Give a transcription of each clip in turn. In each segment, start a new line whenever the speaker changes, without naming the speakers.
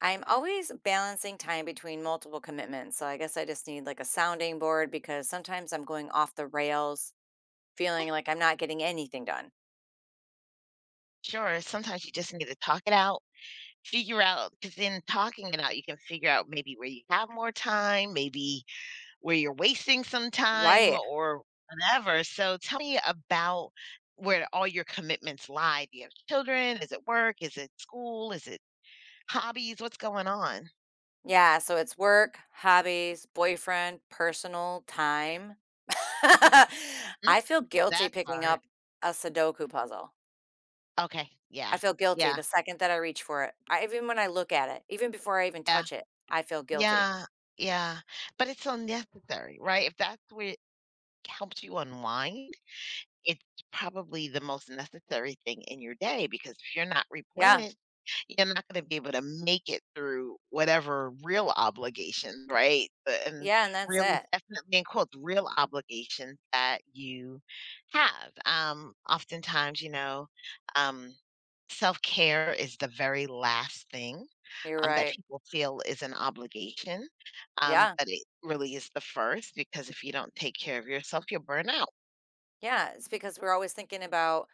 I'm always balancing time between multiple commitments. So I guess I just need like a sounding board because sometimes I'm going off the rails, feeling like I'm not getting anything done.
Sure, sometimes you just need to talk it out, figure out. Because in talking it out, you can figure out maybe where you have more time, maybe where you're wasting some time
Right.
or whatever. So tell me about where all your commitments lie. Do you have children? Is it work? Is it school? Is it hobbies? What's going on?
Yeah. So it's work, hobbies, boyfriend, personal time.
Mm,
I feel guilty
that's
picking
hard.
up a Sudoku puzzle.
Okay, yeah,
I feel guilty
yeah,
the second that I reach for it. Even when I look at it, even before I even
yeah,
touch it, I feel guilty.
yeah, yeah, but it's so necessary, right? If that's what helps you unwind, it's probably the most necessary thing in your day because if you're not
Yeah.
replenished, you're not gonna be able to make it through whatever real obligation, right? The and
Yeah. And that's
real,
it.
definitely in quotes, "real obligations" that you have. Oftentimes, um self-care is the very last thing,
You're
that
right.
people feel is an obligation,
Yeah.
but it really is the first because if you don't take care of yourself, you'll burn out.
Yeah, it's because we're always thinking about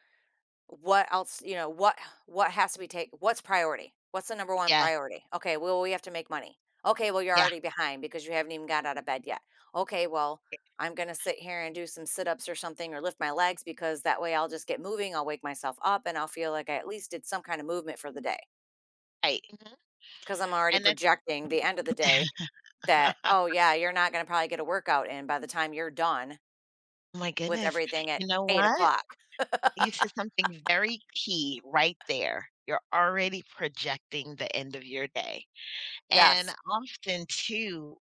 what else, what has to be take what's priority? What's the number one
Yeah,
priority? Okay, well, we have to make money. Okay, well, you're
yeah,
already behind because you haven't even got out of bed yet. Okay, well, I'm going to sit here and do some sit-ups or something or lift my legs because that way I'll just get moving, I'll wake myself up and I'll feel like I at least did some kind of movement for the day
right. Mhm,
because I'm already
and that
projecting the end of the day that, oh yeah, you're not going to probably get a workout in by the time you're done
Oh my
with
goodness.
everything at
You know
eight
what?
o'clock.
You said something very key right there. You're already projecting the end of your day, and
Yes,
often too,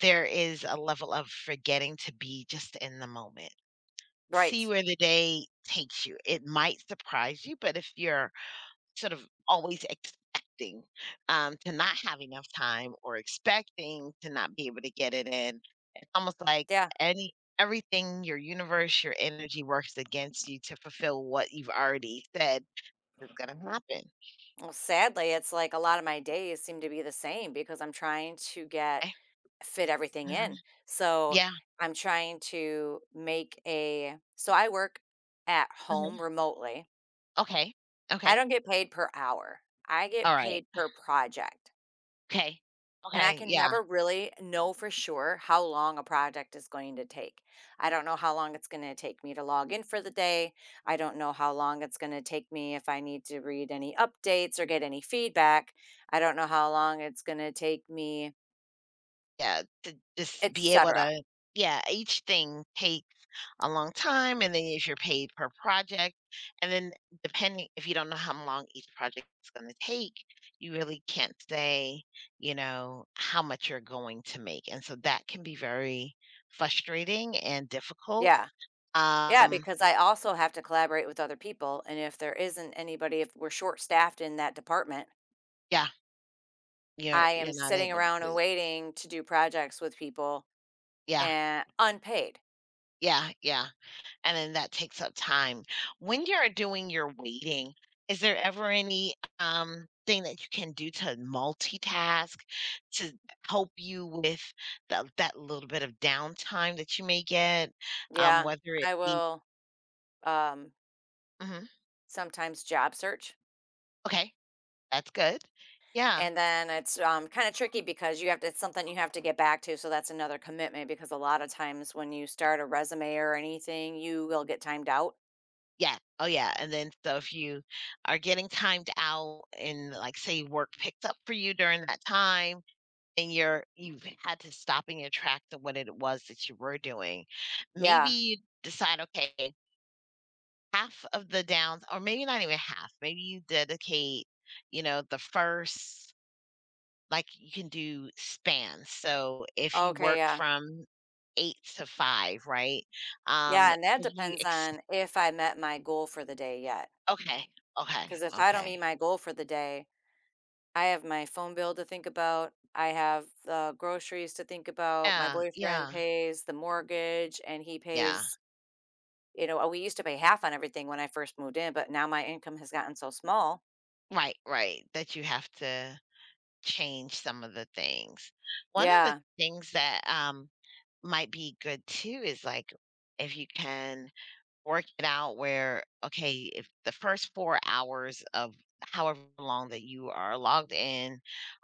there is a level of forgetting to be just in the moment. See
right.
where the day takes you. It might surprise you, but if you're sort of always expecting to not have enough time or expecting to not be able to get it in, it's almost like
Yeah.
any everything, your universe, your energy works against you to fulfill what you've already said is going to happen.
Well, sadly, it's like a lot of my days seem to be the same because I'm trying to get
Okay.
fit everything
Mhm.
in. So
Yeah.
I'm trying to make a, so I work at home
Hmm.
remotely.
Okay.
I
Okay.
don't get paid per hour, I get
All right.
paid per project.
Okay.
And I
Okay.
can
Yeah.
never really know for sure how long a project is going to take. I don't know how long it's going to take me to log in for the day. I don't know how long it's going to take me if I need to read any updates or get any feedback. I don't know how long it's going to take me,
Yeah, to just be able
etc.
to, yeah, each thing takes a long time, and then if you're paid per project, and then depending, if you don't know how long each project is gonna take, you really can't say, you know, how much you're going to make, and so that can be very frustrating and difficult.
Yeah. Yeah,
Um,
because I also have to collaborate with other people and if there isn't anybody if we're short-staffed in that department,
yeah, you're
I am
you're not
sitting
able
around and
to.
waiting to do projects with people
Yeah,
and unpaid.
yeah, yeah, and then that takes up time. When you're doing your waiting, is there ever any thing that you can do to multitask to help you with that little bit of downtime that you may get?
Yeah.
Whether it
I
be,
will um,
mhm,
sometimes job search.
okay, that's good. Yeah.
And then it's kind of tricky because it's something you have to get back to. So that's another commitment because a lot of times when you start a resume or anything, you will get timed out.
Yeah. Oh, yeah. And then, so if you are getting timed out and, like, say, work picked up for you during that time, and you've had to stop in your tracks of what it was that you were doing. Maybe
Yeah.
you decide, okay, half of the downs, or maybe not even half, maybe you dedicate, you know, the first, like, you can do spans. So if you
Okay.
work
Yeah.
from eight to five, right?
Yeah. And that
If you
depends
ex-
on if I met my goal for the day yet.
Okay, okay,
Because if I don't
okay.
meet my goal for the day, I have my phone bill to think about. I have the groceries to think about. My
Yeah,
boyfriend
yeah,
pays the mortgage and he
yeah.
pays. You know, we used to pay half on everything when I first moved in, but now my income has gotten so small.
Right, right. That you have to change some of the things. One of the
Yeah,
things that, might be good too is, like, if you can work it out where, okay, if the first 4 hours of however long that you are logged in,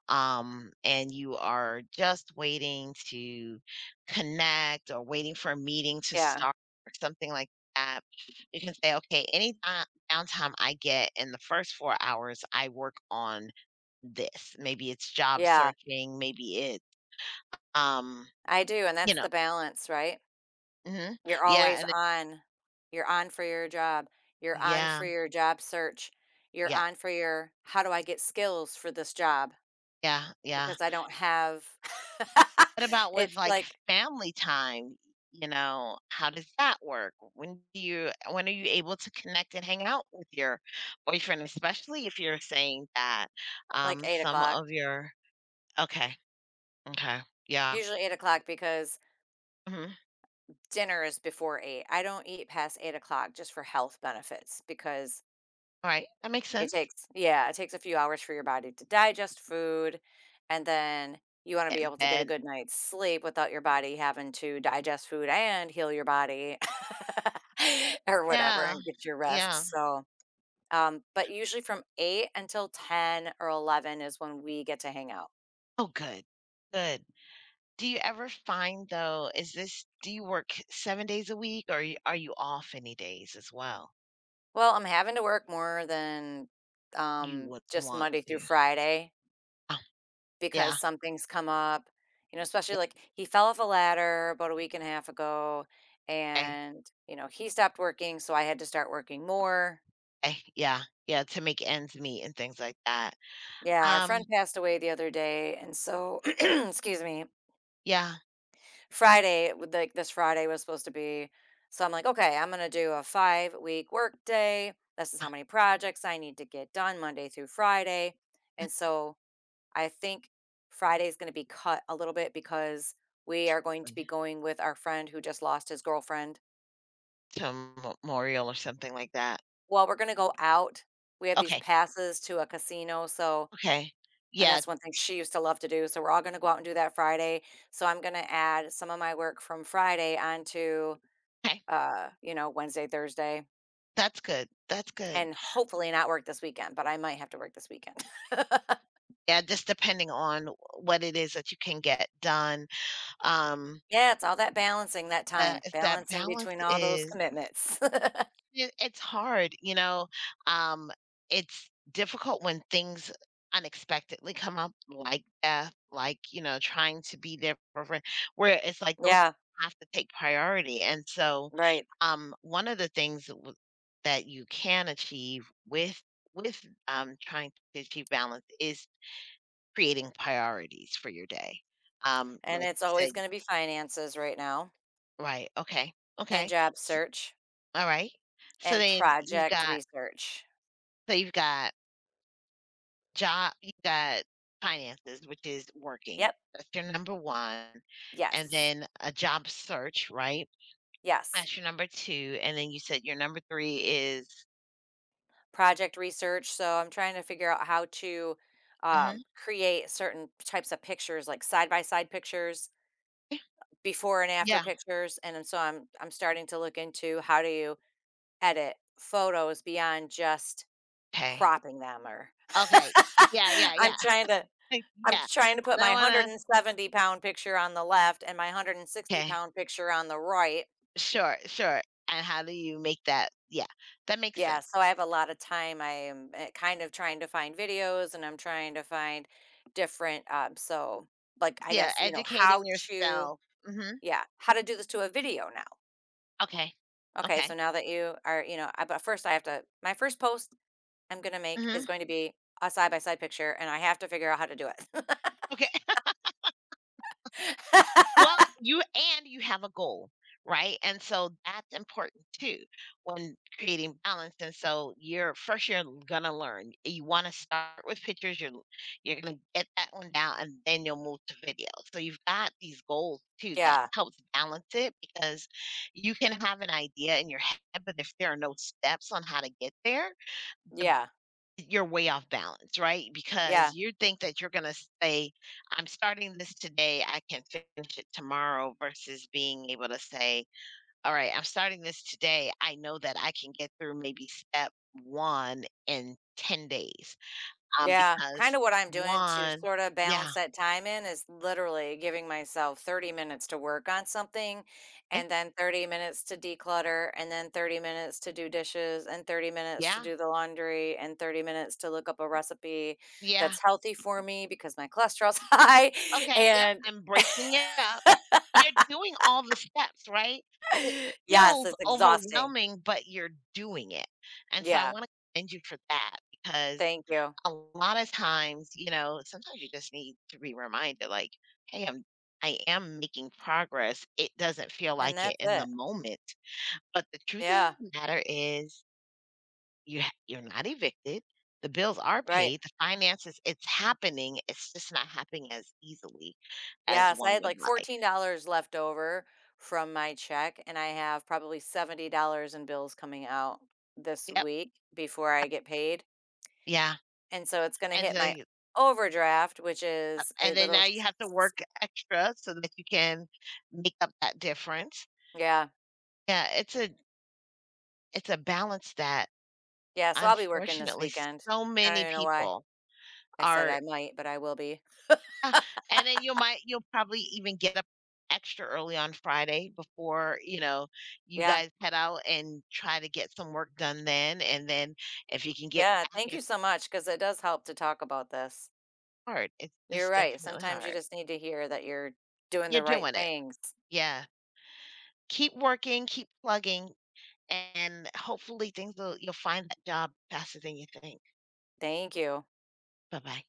and you are just waiting to connect or waiting for a meeting to
yeah,
start or something like that, you can say, okay, downtime I get in the first 4 hours, I work on this. Maybe it's job
yeah,
searching, maybe it's, um,
I do, and
you
that's
know,
the balance, right?
hmm
You're
yeah,
always on. You're on for your job. You're on
yeah,
for your job search. You're
yeah,
on for your how do I get skills for this job?
yeah, yeah.
Because I don't have,
What about with,
it's
like,
like
family time? You know, how does that work? When are you able to connect and hang out with your boyfriend, especially if you're saying that,
like eight
some
o'clock.
of your. Okay, okay, yeah,
Usually 8 o'clock because
mhm,
dinner is before eight. I don't eat past 8 o'clock just for health benefits because
alright, that makes
it
sense.
takes, yeah, it takes a few hours for your body to digest food, and then you wanna be
In
able to get a
bed.
good night's sleep without your body having to digest food and heal your body, or whatever,
Yeah,
and get your rest,
yeah.
so, but usually from 8 until 10 or 11 is when we get to hang out.
Oh, good, good. Do you ever find, though is this do you work 7 days a week, or you are you off any days as well?
Well, I'm having to work more than,
You would
just
want
Monday through
to.
Friday,
Oh,
because
yeah,
something's come up, especially
yeah,
like he fell off a ladder about a week and a half ago
okay.
and, he stopped working. So I had to start working more.
Yeah, yeah, to make ends meet and things like that.
Yeah. Our
Um,
friend passed away the other day. And so, excuse me,
yeah,
Friday, with, like this Friday was supposed to be. So I'm like, okay, I'm going to do a 5-week work day. This is how many projects I need to get done Monday through Friday. And so I think Friday is going to be cut a little bit because we are going to
absolutely.
be going with our friend who just lost his girlfriend.
To a m memorial or something like that.
Well, we're going to go out. We have these
Okay,
passes to a casino. So,
okay.
and
Yeah,
that's one thing she used to love to do. So, we're all going to go out and do that Friday. So, I'm going to add some of my work from Friday onto,
okay.
Wednesday, Thursday,
That's good, that's good.
and hopefully not work this weekend, but I might have to work this weekend.
Yeah, just depending on what it is that you can get done, um,
Yeah, it's all that balancing that time,
if that
balancing
balance
between all those
is.
commitments.
It's hard, um, it's difficult when things unexpectedly come up, like death, like, trying to be there for a friend, where it's like those
Yeah,
have to take priority, and so,
right.
one of the things that you can achieve with trying to achieve balance is creating priorities for your day,
And
like
it's
you
always
said.
gonna be finances right now,
Right, okay,
and
okay,
job
s
search,
alright, so
and
then you've
project
got,
research.
so you've got Job you got finances, which is working.
Yep,
That's your number 1, and
yes,
then a job search, right?
yes,
That's your number 2, and then you said your number 3 is,
project research, so I'm trying to figure out how to,
mhm,
create certain types of pictures, like side-by-side pictures,
yeah,
before and after
yeah,
pictures, and then so I'm starting to look into how do you edit photos beyond just
okay,
cropping them, or
okay, yeah, yeah,
I'm
yeah,
trying to
yeah,
I'm trying to
I
put my
don't
170
wanna,
pound picture on the left and my 160
okay,
pound picture on the right.
sure, sure, and how do you make that, yeah, that makes sense.
Yeah, so I have a lot of time. I am, kind of trying to find videos and I'm trying to find different, so, like, I
Yeah,
guess,
educating yourself, mhm,
how to do this to a video now.
okay,
Okay, so
okay,
now that you are, I but first I have to my first post I'm gonna make is
mhm,
going to be a side by side picture and I have to figure out how to do it.
okay. Well, you have a goal, right? And so that's important too when creating balance. And so you're gonna learn. You want to start with pictures. You're gonna get that one down, and then you'll move to video. So you've got these goals too that
Yeah,
helps balance it because you can have an idea in your head, but if there are no steps on how to get there,
yeah,
you're way off balance, right? Because
yeah.
you think that you're gonna say, "I'm starting this today, I can finish it tomorrow," versus being able to say, "All right, I'm starting this today. I know that I can get through maybe step 1 in 10 days."
Yeah,
Because
kinda what
step
I'm doing to
1,
sorta
yeah,
balance that time in is literally giving myself 30 minutes to work on something,
eh,
and then 30 minutes to declutter, and then 30 minutes to do dishes, and 30 minutes to
yeah,
do the laundry, and 30 minutes to look up a recipe
yeah.
that's healthy for me because my cholesterol's high,
Okay, yep,
and
I'm breaking it up. You're doing all the steps, right? It
yes,
feels
it's exhausting.
overwhelming, but you're doing it. And so I
Yeah,
want to commend you for that because
thank you,
a lot of times, sometimes you just need to be reminded, like, hey, I am making progress. It doesn't feel
and
like
that's
it in the
it.
moment. But the truth of
Yeah,
the matter is, you're not evicted, the bills are
right.
paid, the finances, it's happening, it's just not happening as easily as
Yes, I
one
had
would
like
like.
$14 left over from my check, and I have probably $70 in bills coming out this
Yep,
week before I get paid.
yeah,
And so it's going to
and
hit
so
my
you,
overdraft, which is a
and then
little,
now you have to
s-
work extra so that you can make up that difference.
yeah,
Yeah, it's a balance that
yeah. So I'll be working this
unfortunately
weekend.
so
I don't
many
even know why
people
I said
are.
I might, but I will be.
Yeah, and then you might, you'll probably even get up extra early on Friday before, you
Yeah,
guys head out and try to get some work done then, and then if you can get
yeah.
back
Thank
in,
you so much because it does help to talk about this.
hard, it's
You're
it's
right.
definitely
Sometimes you
hard.
just need to hear that you're doing
You're
the right
doing it.
things.
Yeah. Keep working, keep plugging, and hopefully things will, you'll find that job faster than you think.
Thank you.
Bye-bye.